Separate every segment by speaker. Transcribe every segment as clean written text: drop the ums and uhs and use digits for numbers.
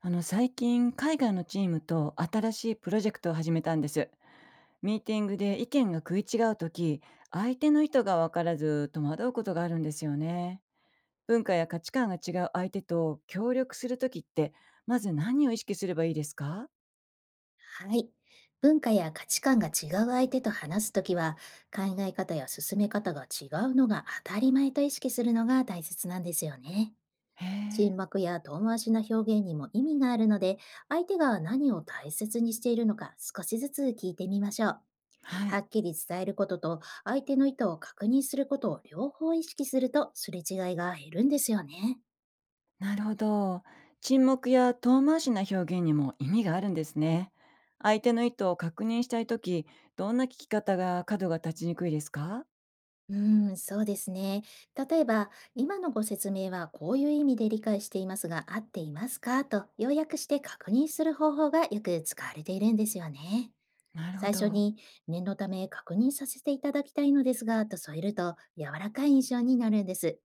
Speaker 1: 最近海外のチームと新しいプロジェクトを始めたんです。ミーティングで意見が食い違う時、相手の意図が分からず戸惑うことがあるんですよね。文化や価値観が違う相手と協力する時って、まず何を意識すればいいですか？
Speaker 2: はい。文化や価値観が違う相手と話すときは、考え方や進め方が違うのが当たり前と意識するのが大切なんですよね。
Speaker 1: へえ。
Speaker 2: 沈黙や遠回しな表現にも意味があるので、相手が何を大切にしているのか少しずつ聞いてみましょう。
Speaker 1: は
Speaker 2: は
Speaker 1: い。
Speaker 2: っきり伝えることと、相手の意図を確認することを両方意識すると、すれ違いが減るんですよね。
Speaker 1: なるほど。沈黙や遠回しな表現にも意味があるんですね。相手の意図を確認したい時、どんな聞き方が角が立ちにくいですか？
Speaker 2: うーん、そうですね。例えば、今のご説明はこういう意味で理解していますが、合っていますかと要約して確認する方法がよく使われているんですよね。
Speaker 1: なるほ
Speaker 2: 最初
Speaker 1: ど。
Speaker 2: に、念のため確認させていただきたいのですが、と添えると柔らかい印象になるんです。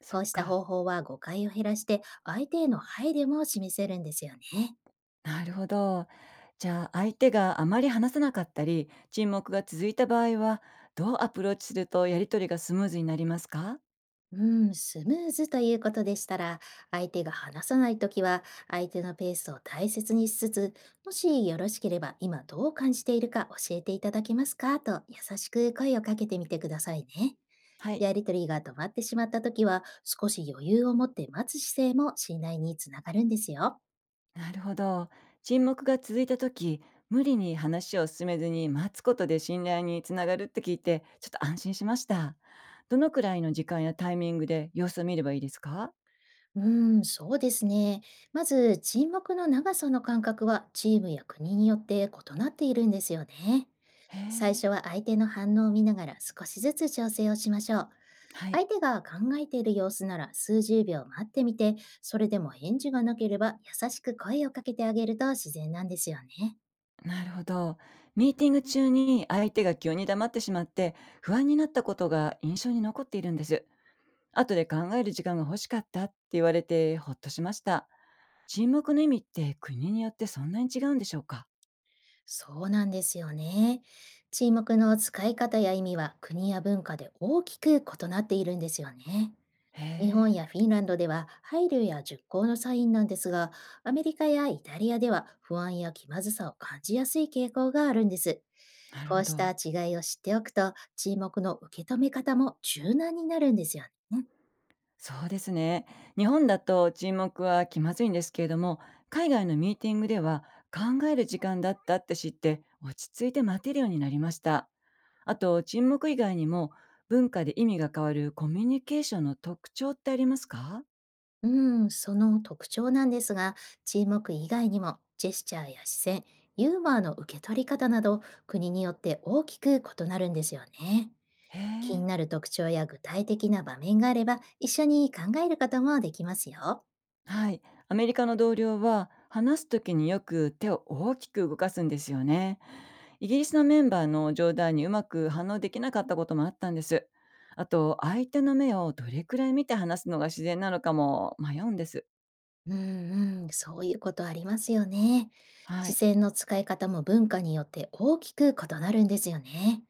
Speaker 1: そ
Speaker 2: こ
Speaker 1: っ
Speaker 2: うした
Speaker 1: か。
Speaker 2: 方法は誤解を減らして、相手への配慮も示せるんですよね。
Speaker 1: なるほど。じゃあ相手があまり話さなかったり沈黙が続いた場合は、どうアプローチするとやりとりがスムーズになりますか？
Speaker 2: うん、スムーズということでしたら、相手が話さないときは、相手のペースを大切にしつつ、もしよろしければ今どう感じているか教えていただけますかと優しく声をかけてみてくださいね。
Speaker 1: はい。
Speaker 2: やりとりが止まってしまったときは、少し余裕を持って待つ姿勢も信頼につながるんですよ。
Speaker 1: なるほど。沈黙が続いた時、無理に話を進めずに待つことで信頼につながるって聞いてちょっと安心しました。どのくらいの時間やタイミングで様子を見ればいいですか？
Speaker 2: うーん、そうですね。まず、沈黙の長さの感覚はチームや国によって異なっているんですよね。
Speaker 1: へ
Speaker 2: 最
Speaker 1: え。
Speaker 2: 初は相手の反応を見ながら少しずつ調整をしましょう。
Speaker 1: はい。
Speaker 2: 相手が考えている様子なら数十秒待ってみて、それでも返事がなければ優しく声をかけてあげると自然なんですよね。
Speaker 1: なるほど。ミーティング中に相手が急に黙ってしまって不安になったことが印象に残っているんです。後で考える時間が欲しかったって言われてほっとしました。沈黙の意味って国によってそんなに違うんでしょうか？
Speaker 2: そうなんですよね。沈黙の使い方や意味は国や文化で大きく異なっているんですよね。
Speaker 1: へ
Speaker 2: 日本
Speaker 1: え、
Speaker 2: やフィンランドでは配慮や熟考のサインなんですが、アメリカやイタリアでは不安や気まずさを感じやすい傾向があるんです。
Speaker 1: なる
Speaker 2: こ
Speaker 1: ほ
Speaker 2: うした
Speaker 1: ど。
Speaker 2: 違いを知っておくと、沈黙の受け止め方も柔軟になるんですよね。
Speaker 1: そうですね。日本だと沈黙は気まずいんですけれども、海外のミーティングでは考える時間だったって知って落ち着いて待てるようになりました。あと沈黙以外にも文化で意味が変わるコミュニケーションの特徴ってありますか？
Speaker 2: うん、その特徴なんですが、沈黙以外にもジェスチャーや視線、ユーモアの受け取り方など、国によって大きく異なるんですよね。
Speaker 1: へ
Speaker 2: 気に
Speaker 1: え。
Speaker 2: なる特徴や具体的な場面があれば、一緒に考えることもできますよ。
Speaker 1: はい、アメリカの同僚は話す時によく手を大きく動かすんですよね。イギリスのメンバーの冗談にうまく反応できなかったこともあったんです。あと相手の目をどれくらい見て話すのが自然なのかも迷うんです。
Speaker 2: うんうん、そういうことありますよね。
Speaker 1: は
Speaker 2: 視
Speaker 1: い、
Speaker 2: 線の使い方も文化によって大きく異なるんですよね。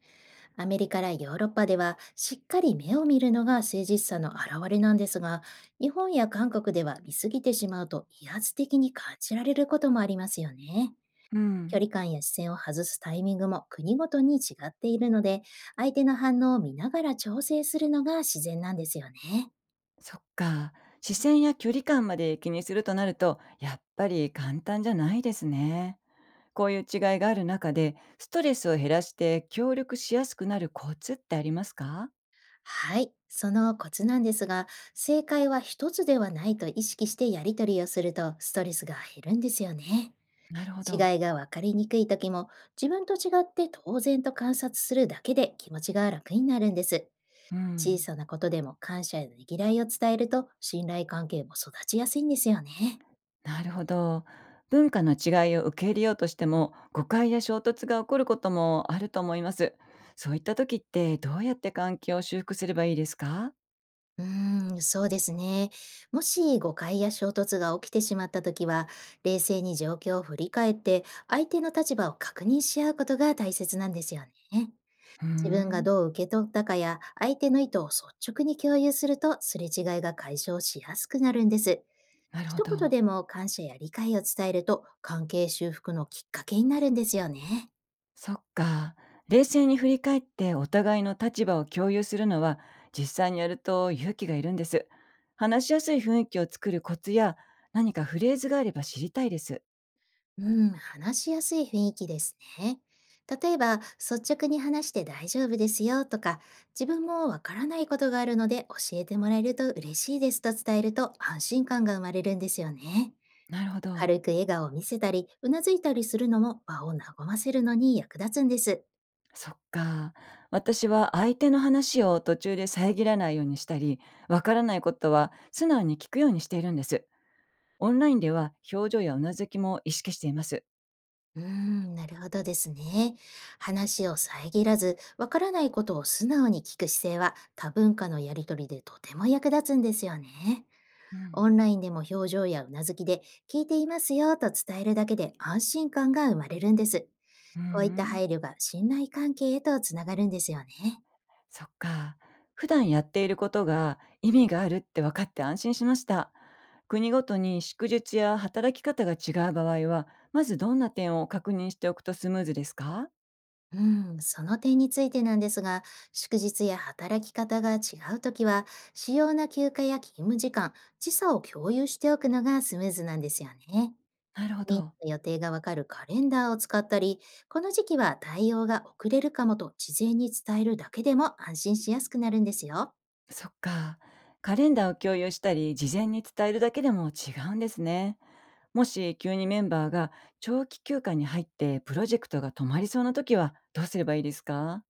Speaker 2: アメリカやヨーロッパではしっかり目を見るのが誠実さの表れなんですが、日本や韓国では見すぎてしまうと威圧的に感じられることもありますよね。
Speaker 1: う
Speaker 2: 距
Speaker 1: ん、
Speaker 2: 離感や視線を外すタイミングも国ごとに違っているので、相手の反応を見ながら調整するのが自然なんですよね。
Speaker 1: そっか。視線や距離感まで気にするとなるとやっぱり簡単じゃないですね。こういう違いがある中でストレスを減らして協力しやすくなるコツってありますか？
Speaker 2: はい、そのコツなんですが、正解は一つではないと意識してやり取りをするとストレスが減るんですよね。
Speaker 1: なるほど。
Speaker 2: 違いが分かりにくい時も、自分と違って当然と観察するだけで気持ちが楽になるんです。
Speaker 1: う
Speaker 2: 小
Speaker 1: ん、
Speaker 2: さなことでも感謝やねぎらいを伝えると信頼関係も育ちやすいんですよね。
Speaker 1: なるほど。文化の違いを受け入れようとしても誤解や衝突が起こることもあると思います。そういった時ってどうやって関係を修復すればいいですか？
Speaker 2: うーん、そうですね。もし誤解や衝突が起きてしまったときは、冷静に状況を振り返って、相手の立場を確認し合うことが大切なんですよね。
Speaker 1: うー
Speaker 2: 自分が
Speaker 1: ん、
Speaker 2: どう受け取ったかや、相手の意図を率直に共有すると、すれ違いが解消しやすくなるんです。
Speaker 1: なるほ
Speaker 2: 一
Speaker 1: ど。
Speaker 2: 言でも感謝や理解を伝えると、関係修復のきっかけになるんですよね。
Speaker 1: そっか。冷静に振り返ってお互いの立場を共有するのは実際にやると勇気がいるんです。話しやすい雰囲気を作るコツや何かフレーズがあれば知りたいです。
Speaker 2: うん、話しやすい雰囲気ですね。例えば、率直に話して大丈夫ですよとか、自分もわからないことがあるので教えてもらえると嬉しいですと伝えると安心感が生まれるんですよね。
Speaker 1: なるほど。
Speaker 2: 軽く笑顔を見せたり、うなずいたりするのも場を和ませるのに役立つんです。
Speaker 1: そっか。私は相手の話を途中で遮らないようにしたり、わからないことは素直に聞くようにしているんです。オンラインでは表情やうなずきも意識しています。
Speaker 2: うーん、なるほどですね。話を遮らず、わからないことを素直に聞く姿勢は多文化のやりとりでとても役立つんですよね。
Speaker 1: うん、
Speaker 2: オンラインでも表情やうなずきで聞いていますよと伝えるだけで安心感が生まれるんです。
Speaker 1: う
Speaker 2: こういった
Speaker 1: ん、
Speaker 2: 配慮が信頼関係へとつながるんですよね。
Speaker 1: そっか。普段やっていることが意味があるって分かって安心しました。国ごとに祝日や働き方が違う場合は、まずどんな点を確認しておくとスムーズですか？
Speaker 2: うん、その点についてなんですが、祝日や働き方が違うときは、主要な休暇や勤務時間、時差を共有しておくのがスムーズなんですよね。
Speaker 1: なるほ
Speaker 2: みん
Speaker 1: ど。
Speaker 2: なの予定がわかるカレンダーを使ったり、この時期は対応が遅れるかもと事前に伝えるだけでも安心しやすくなるんですよ。
Speaker 1: そっか。カレンダーを共有したり、事前に伝えるだけでも違うんですね。もし急にメンバーが長期休暇に入ってプロジェクトが止まりそうな時はどうすればいいですか？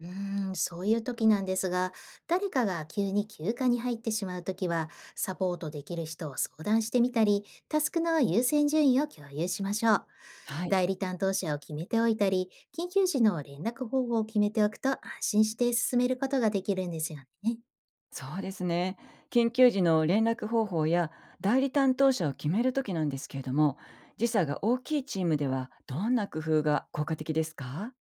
Speaker 2: うーん、そういう時なんですが、誰かが急に休暇に入ってしまう時は、サポートできる人を相談してみたり、タスクの優先順位を共有しましょう。
Speaker 1: はい、
Speaker 2: 代理担当者を決めておいたり、緊急時の連絡方法を決めておくと安心して進めることができるんですよね。
Speaker 1: そうですね。緊急時の連絡方法や代理担当者を決める時なんですけれども、時差が大きいチームではどんな工夫が効果的ですか？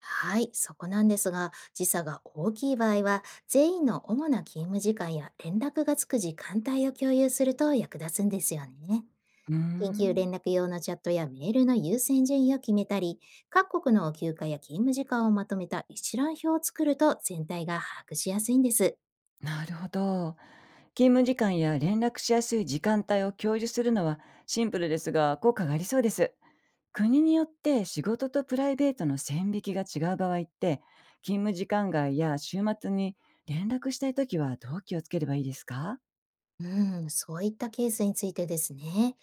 Speaker 2: はい、そこなんですが、時差が大きい場合は、全員の主な勤務時間や連絡がつく時間帯を共有すると役立つんですよね。
Speaker 1: うー
Speaker 2: 緊急
Speaker 1: ん、
Speaker 2: 連絡用のチャットやメールの優先順位を決めたり、各国の休暇や勤務時間をまとめた一覧表を作ると全体が把握しやすいんです。
Speaker 1: なるほど。勤務時間や連絡しやすい時間帯を共有するのはシンプルですが効果がありそうです。国によって仕事とプライベートの線引きが違う場合って、勤務時間外や週末に連絡したいときはどう気をつければいいですか？
Speaker 2: うん、そういったケースについてですね。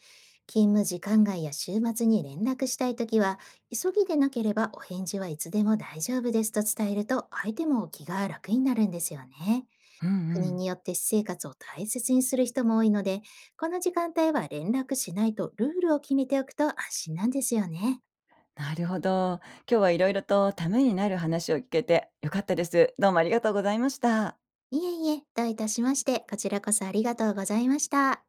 Speaker 2: 勤務時間外や週末に連絡したいときは、急ぎでなければお返事はいつでも大丈夫ですと伝えると、相手も気が楽になるんですよね。
Speaker 1: うんう
Speaker 2: 国
Speaker 1: ん。
Speaker 2: によって私生活を大切にする人も多いので、この時間帯は連絡しないとルールを決めておくと安心なんですよね。
Speaker 1: なるほど。今日はいろいろとためになる話を聞けてよかったです。どうもありがとうございました。
Speaker 2: いえいえ、どういたしまして、こちらこそありがとうございました。